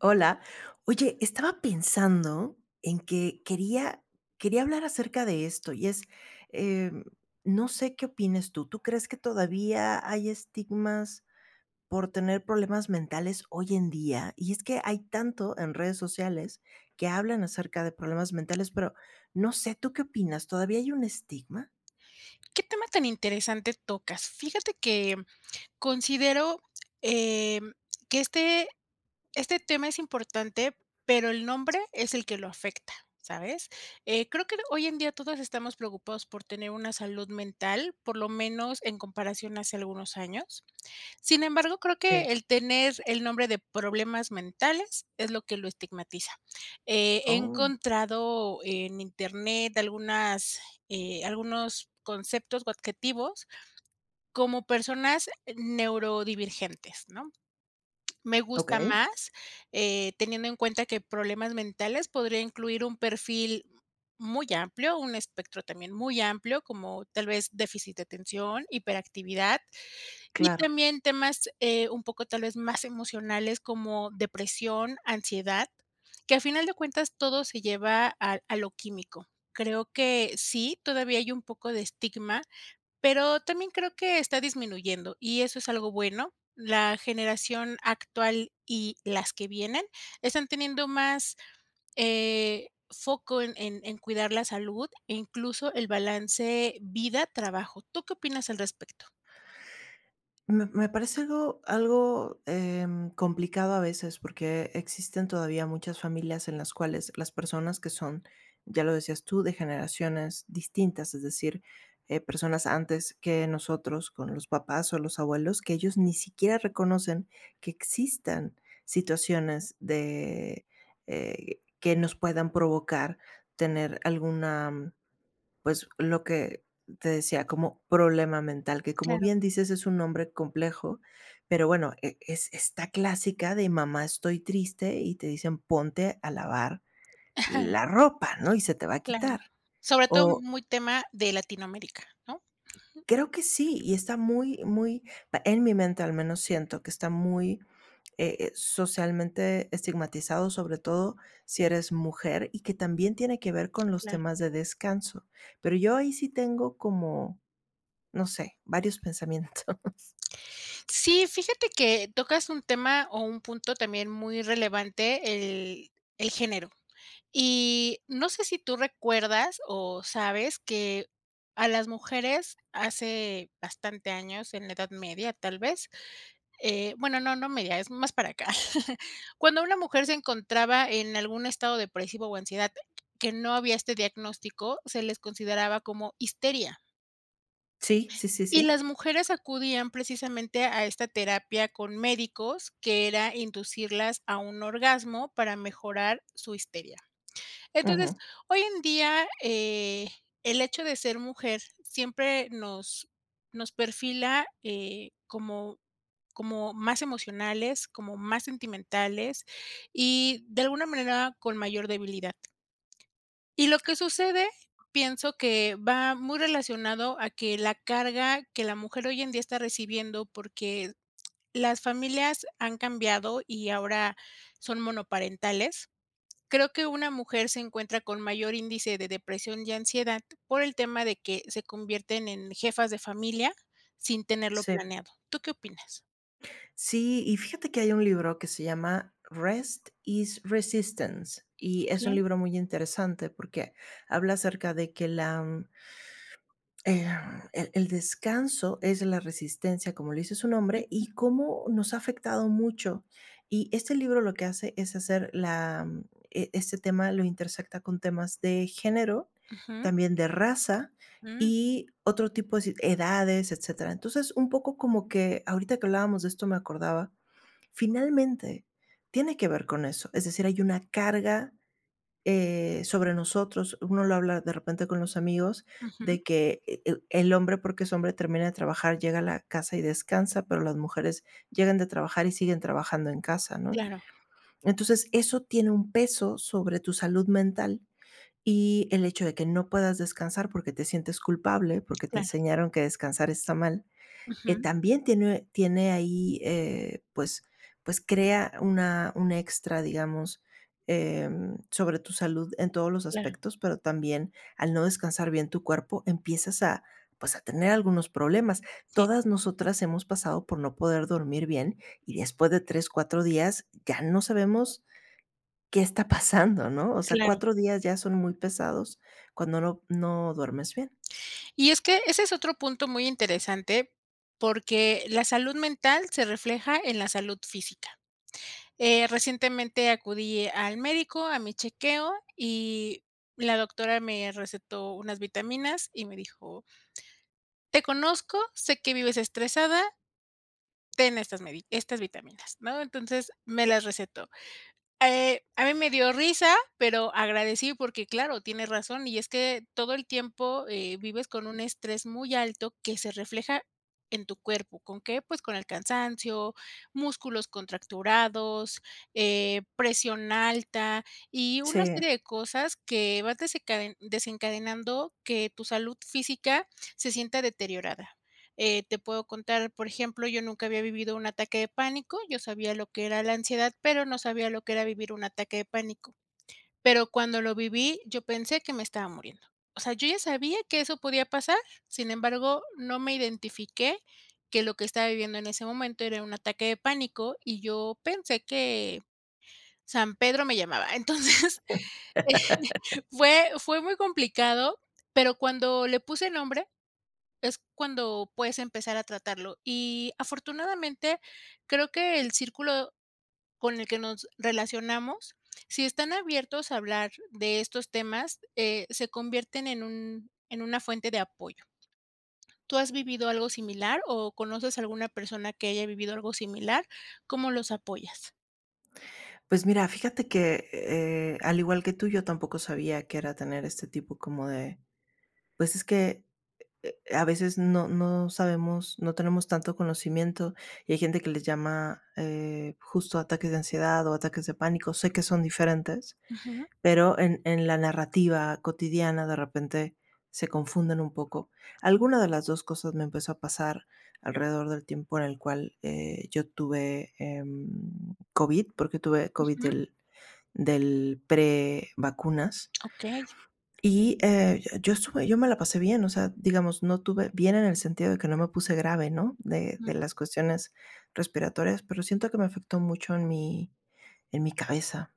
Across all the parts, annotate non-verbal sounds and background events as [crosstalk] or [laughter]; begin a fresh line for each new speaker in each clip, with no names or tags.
Hola. Oye, estaba pensando en que quería hablar acerca de esto, y es, em, no sé qué opines tú. ¿Tú crees que todavía hay estigmas por tener problemas mentales hoy en día? Y es que hay tanto en redes sociales que hablan acerca de problemas mentales, pero no sé, ¿tú qué opinas? ¿Todavía hay un estigma?
Qué tema tan interesante tocas. Fíjate que considero, em, que este tema es importante, pero el nombre es el que lo afecta, ¿sabes? Creo que hoy en día todos estamos preocupados por tener una salud mental, por lo menos en comparación hace algunos años. Sin embargo, creo
Sí.
que el tener el nombre de problemas mentales es lo que lo estigmatiza. He
Oh,
encontrado en Internet algunas, algunos conceptos o adjetivos como personas neurodivergentes, ¿no? Me gusta
okey,
más, teniendo en cuenta que problemas mentales podría incluir un perfil muy amplio, un espectro también muy amplio, como tal vez déficit de atención, hiperactividad y
claro.
también temas, un poco tal vez más emocionales como depresión, ansiedad, que a final de cuentas todo se lleva a lo químico. Creo que sí, todavía hay un poco de estigma, pero también creo que está disminuyendo y eso es algo bueno. La generación actual y las que vienen están teniendo más, foco en cuidar la salud e incluso el balance vida-trabajo. ¿Tú qué opinas al respecto?
Me parece algo, complicado a veces, porque existen todavía muchas familias en las cuales las personas que son, ya lo decías tú, de generaciones distintas, es decir, personas antes que nosotros, con los papás o los abuelos, que ellos ni siquiera reconocen que existan situaciones de, que nos puedan provocar tener alguna, pues, lo que te decía, como problema mental, que como
Claro.
bien dices, es un nombre complejo. Pero bueno, es esta clásica de mamá, estoy triste, y te dicen: ponte a lavar
[laughs]
la ropa, ¿no? Y se te va a
Claro.
quitar.
Sobre todo
O
muy tema de Latinoamérica, ¿no?
creo que sí, y está muy, muy, pa en mi mente al menos siento que está muy, socialmente estigmatizado, sobre todo si eres mujer, y que también tiene que ver con los
Claro.
temas de descanso. Pero yo ahí sí tengo como... No sé, varios pensamientos. [laughs]
Sí, fíjate que tocas un tema o un punto también muy relevante, el género. Y no sé si tú recuerdas o sabes que a las mujeres hace bastante años, en la Edad Media tal vez, bueno, no media, es más para acá. [laughs] Cuando una mujer se encontraba en algún estado depresivo o ansiedad que no había este diagnóstico, se les consideraba como histeria.
Sí, sí, sí,
Y
sí.
las mujeres acudían precisamente a esta terapia con médicos, que era inducirlas a un orgasmo para mejorar su histeria. Entonces,
Ujú.
hoy en día, el hecho de ser mujer siempre nos perfila, como como más emocionales, como más sentimentales y, de alguna manera, con mayor debilidad. Y lo que sucede, pienso que va muy relacionado a que la carga que la mujer hoy en día está recibiendo, porque las familias han cambiado y ahora son monoparentales. Creo que una mujer se encuentra con mayor índice de depresión y ansiedad por el tema de que se convierten en jefas de familia sin tenerlo
Sí.
planeado. ¿Tú qué opinas?
Sí, y fíjate que hay un libro que se llama Rest is Resistance, y es un
Okey.
libro muy interesante porque habla acerca de que la... Eh, el descanso es la resistencia, como lo dice su nombre, y cómo nos ha afectado mucho. Y este libro lo que hace es hacer la, este tema lo intersecta con temas de género,
Ujú,
también de raza
mm,
y otro tipo de edades, etcétera. Entonces, un poco como que ahorita que hablábamos de esto me acordaba, finalmente tiene que ver con eso. Es decir, hay una carga, sobre nosotros. Uno lo habla de repente con los amigos
ujú.
de que el hombre, porque es hombre, termina de trabajar, llega a la casa y descansa, pero las mujeres llegan de trabajar y siguen trabajando en casa, ¿no?
Claro,
Entonces, eso tiene un peso sobre tu salud mental, y el hecho de que no puedas descansar porque te sientes culpable, porque te
claro.
enseñaron que descansar está mal,
Ujú,
también tiene, ahí, pues crea una, un extra, digamos, sobre tu salud en todos los
claro.
aspectos, pero también al no descansar bien tu cuerpo, empiezas a, pues, a tener algunos problemas.
Sí,
Todas nosotras hemos pasado por no poder dormir bien, y después de tres, cuatro días ya no sabemos qué está [laughs] pasando, ¿no? O sea,
claro.
cuatro días ya son muy pesados cuando no, no duermes bien.
Y es que ese es otro punto muy interesante, porque la salud mental se refleja en la salud física. Recientemente acudí al médico, a mi chequeo, y la doctora me recetó unas vitaminas y me dijo: "Te conozco, sé que vives estresada, ten estas medi estas vitaminas", ¿no? Entonces, me las recetó. A mí me dio risa, pero agradecí porque, claro, tienes razón, y es que todo el tiempo, vives con un estrés muy alto que se refleja en tu cuerpo, ¿con qué? Pues con el cansancio, músculos contracturados, presión alta y una
Sí.
serie de cosas que vas desencadenando que tu salud física se sienta deteriorada. Te puedo contar, por ejemplo, yo nunca había vivido un ataque de pánico, yo sabía lo que era la ansiedad, pero no sabía lo que era vivir un ataque de pánico. Pero cuando lo viví, yo pensé que me estaba muriendo. O sea, yo ya sabía que eso podía pasar, sin embargo, no me identifiqué que lo que estaba viviendo en ese momento era un ataque de pánico y yo pensé que San Pedro me llamaba. Entonces, [laughs] eh, fue muy complicado, pero cuando le puse nombre es cuando puedes empezar a tratarlo. Y afortunadamente, creo que el círculo con el que nos relacionamos, si están abiertos a hablar de estos temas, se convierten en un en una fuente de apoyo. ¿Tú has vivido algo similar o conoces a alguna persona que haya vivido algo similar? ¿Cómo los apoyas?
Pues mira, fíjate que, al igual que tú, yo tampoco sabía que era tener este tipo como de... pues es que, a veces no no sabemos, no tenemos tanto conocimiento, y hay gente que les llama, justo ataques de ansiedad o ataques de pánico. Sé que son diferentes,
Ujú,
pero en la narrativa cotidiana de repente se confunden un poco. Alguna de las 2 cosas me empezó a pasar alrededor del tiempo en el cual, yo tuve, COVID, porque tuve COVID
ujú,
del pre-vacunas.
okey.
Y yo estuve, yo me la pasé bien, o sea, digamos, no tuve bien en el sentido de que no me puse grave, ¿no?
Mm,
De las cuestiones respiratorias, pero siento que me afectó mucho en mi cabeza.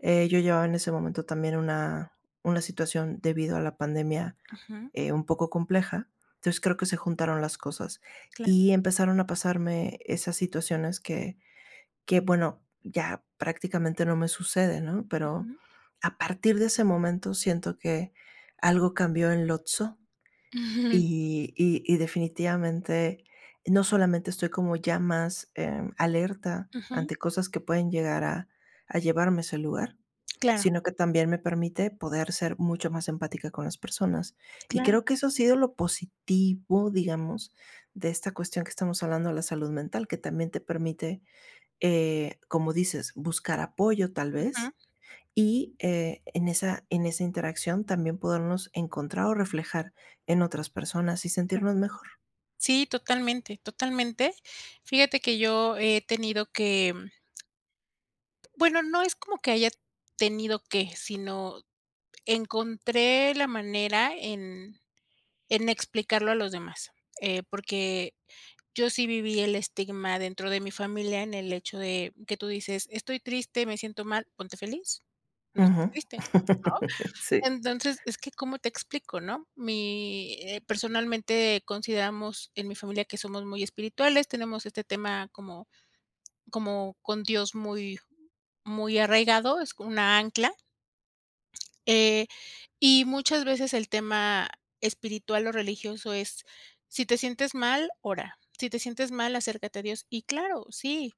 Yo llevaba en ese momento también una situación debido a la pandemia,
ujú,
un poco compleja. Entonces creo que se juntaron las cosas
claro,
y empezaron a pasarme esas situaciones que... que bueno, ya prácticamente no me sucede, ¿no? Pero
ujú.
a partir de ese momento siento que algo cambió en Lotso
Ujú, [laughs]
y, y definitivamente no solamente estoy como ya más alerta
ujú,
ante cosas que pueden llegar a llevarme a ese lugar,
claro,
sino que también me permite poder ser mucho más empática con las personas. Y
claro,
creo que eso ha sido lo positivo, digamos, de esta cuestión que estamos hablando de la salud mental, que también te permite, como dices, buscar apoyo tal
ujú.
vez, y, en esa interacción también podernos encontrar o reflejar en otras personas y sentirnos mejor.
Sí, totalmente, totalmente. Fíjate que yo he tenido que, bueno, no es como que haya tenido que, sino encontré la manera en explicarlo a los demás, porque yo sí viví el estigma dentro de mi familia en el hecho de que tú dices: "Estoy triste, me siento mal", ponte feliz, no estés
Ujú.
triste.
[laughs] Sí,
Entonces, es que, ¿cómo te explico, no? Mi, personalmente consideramos en mi familia que somos muy espirituales, tenemos este tema como como con Dios muy muy arraigado, es una ancla, eh, y muchas veces el tema espiritual o religioso es, si te sientes mal, ora, si te sientes mal, acércate a Dios. Y claro, sí,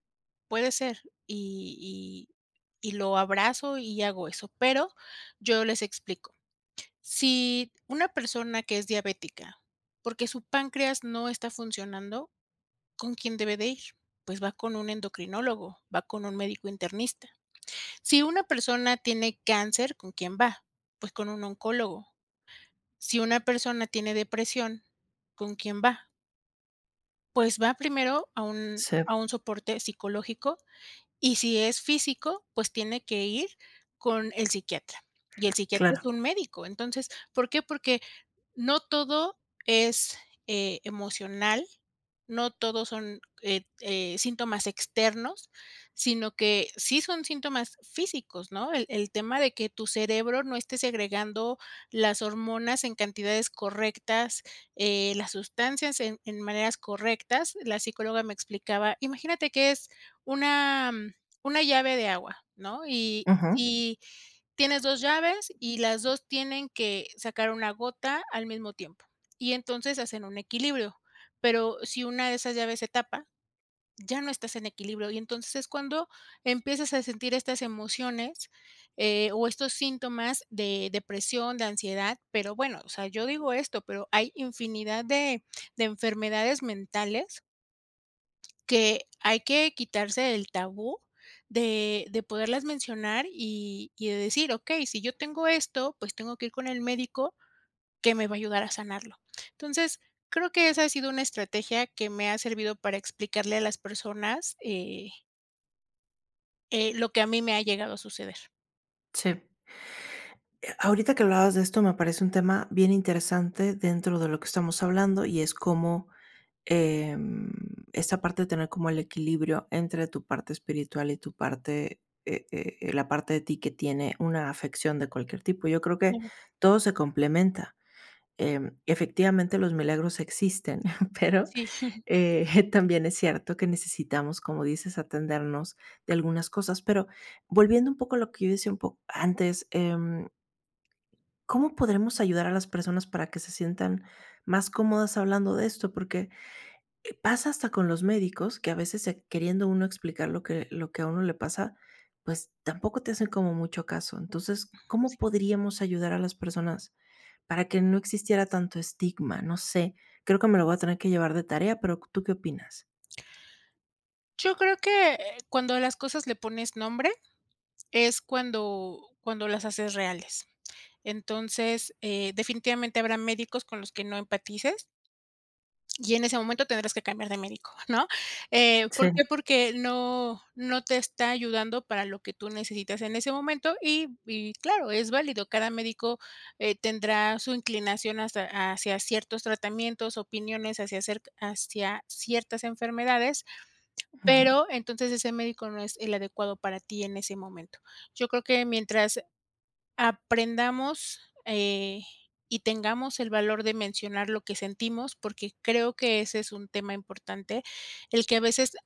puede ser, y lo abrazo y hago eso, pero yo les explico. Si una persona que es diabética, porque su páncreas no está funcionando, ¿con quién debe de ir? Pues va con un endocrinólogo, va con un médico internista. Si una persona tiene cáncer, ¿con quién va? Pues con un oncólogo. Si una persona tiene depresión, ¿con quién va? Pues va primero a
sí,
un soporte psicológico y si es físico, pues tiene que ir con el psiquiatra. Y el psiquiatra es
claro.
un médico. Entonces, ¿por qué? Porque no todo es emocional, no todos son síntomas externos, sino que sí son síntomas físicos, ¿no? El tema de que tu cerebro no esté segregando las hormonas en cantidades correctas, las sustancias en maneras correctas. La psicóloga me explicaba, imagínate que es una, mm, una llave de agua, ¿no? Y,
Ujú,
y tienes 2 llaves y las 2 tienen que sacar una gota al mismo tiempo, y entonces hacen un equilibrio, pero si una de esas llaves se tapa, ya no estás en equilibrio, y entonces es cuando empiezas a sentir estas emociones, o estos síntomas de depresión, de ansiedad, pero bueno, o sea, yo digo esto, pero hay infinidad de enfermedades mentales que hay que quitarse el tabú de poderlas mencionar y de decir: "Okey, si yo tengo esto, pues tengo que ir con el médico que me va a ayudar a sanarlo". Entonces, creo que esa ha sido una estrategia que me ha servido para explicarle a las personas, lo que a mí me ha llegado a suceder.
sí. Ahorita que hablabas de esto, me parece un tema bien interesante dentro de lo que estamos hablando, y es cómo... Em, esa parte de tener como el equilibrio entre tu parte espiritual y tu parte, la parte de ti que tiene una afección de cualquier tipo. Yo creo que
Claro,
todo se complementa. Efectivamente, los milagros existen, [laughs] pero
sí.
[laughs] también es cierto que necesitamos, como dices, atendernos de algunas cosas. Pero volviendo un poco a lo que yo decía un poco antes, ¿cómo podremos ayudar a las personas para que se sientan más cómodas hablando de esto? Porque pasa hasta con los médicos, que a veces, queriendo uno explicar lo que a uno le pasa, pues, tampoco te hacen como mucho caso. Entonces, ¿cómo podríamos ayudar a las personas para que no existiera tanto estigma? No sé, creo que me lo voy a tener que llevar de tarea, pero ¿tú qué opinas?
Yo creo que, cuando a las cosas le pones nombre, es cuando las haces reales. Entonces, definitivamente habrá médicos con los que no empatices, y en ese momento tendrás que cambiar de médico, ¿no? ¿Por
Sí.
qué? Porque no te está ayudando para lo que tú necesitas en ese momento y claro, es válido. Cada médico, tendrá su inclinación hasta hacia ciertos tratamientos, opiniones hacia cer hacia ciertas enfermedades,
Ujú.
pero entonces ese médico no es el adecuado para ti en ese momento. Yo creo que mientras aprendamos, y tengamos el valor de mencionar lo que sentimos, porque creo que ese es un tema importante, el que a veces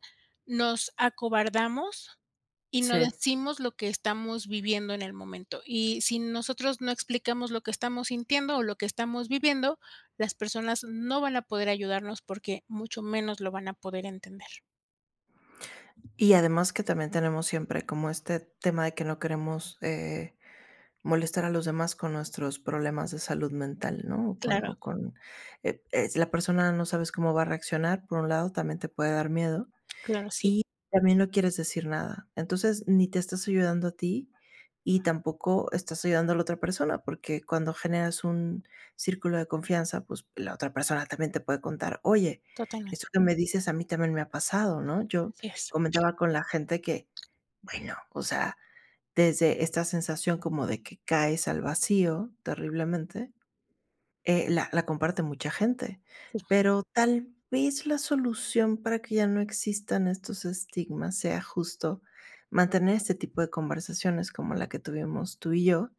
nos acobardamos y no
Sí.
decimos lo que estamos viviendo en el momento. Y si nosotros no explicamos lo que estamos sintiendo o lo que estamos viviendo, las personas no van a poder ayudarnos porque mucho menos lo van a poder entender.
Y además que también tenemos siempre como este tema de que no queremos, molestar a los demás con nuestros problemas de salud mental, ¿no? O con,
Claro,
es la persona, no sabes cómo va a reaccionar, por un lado, también te puede dar miedo,
claro, sí,
y también no quieres decir nada. Entonces, ni te estás ayudando a ti y tampoco estás ayudando a la otra persona, porque cuando generas un círculo de confianza, pues la otra persona también te puede contar: oye, esto
totalmente.
que me dices a mí también me ha pasado, ¿no? Yo
Así es.
comentaba con la gente que, bueno, o sea, desde esta sensación como de que caes al vacío terriblemente, la comparte mucha gente,
Sí.
pero tal vez la solución para que ya no existan estos estigmas sea justo mantener este tipo de conversaciones como la que tuvimos tú y yo.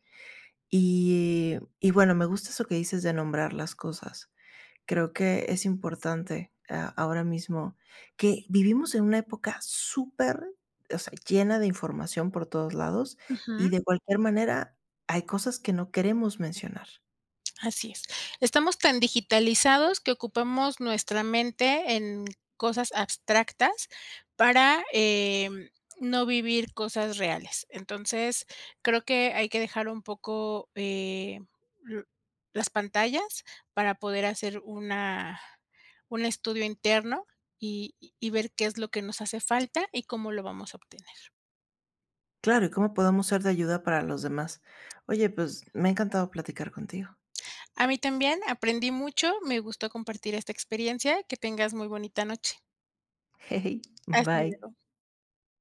Y bueno, me gusta eso que dices de nombrar las cosas. Creo que es importante, ah, ahora mismo que vivimos en una época súper, o sea, llena de información por todos lados, y de cualquier manera hay cosas que no queremos mencionar.
Así es. Estamos tan digitalizados que ocupamos nuestra mente en cosas abstractas para, no vivir cosas reales. Entonces, creo que hay que dejar un poco, l las pantallas para poder hacer una un estudio interno y ver qué es lo que nos hace falta y cómo lo vamos a obtener.
Claro. ¿Y cómo podemos ser de ayuda para los demás? Oye, pues me ha encantado platicar contigo.
A mí también, aprendí mucho, me gustó compartir esta experiencia, que tengas muy bonita noche.
[laughs] Hey,
Hasta
bye.
luego.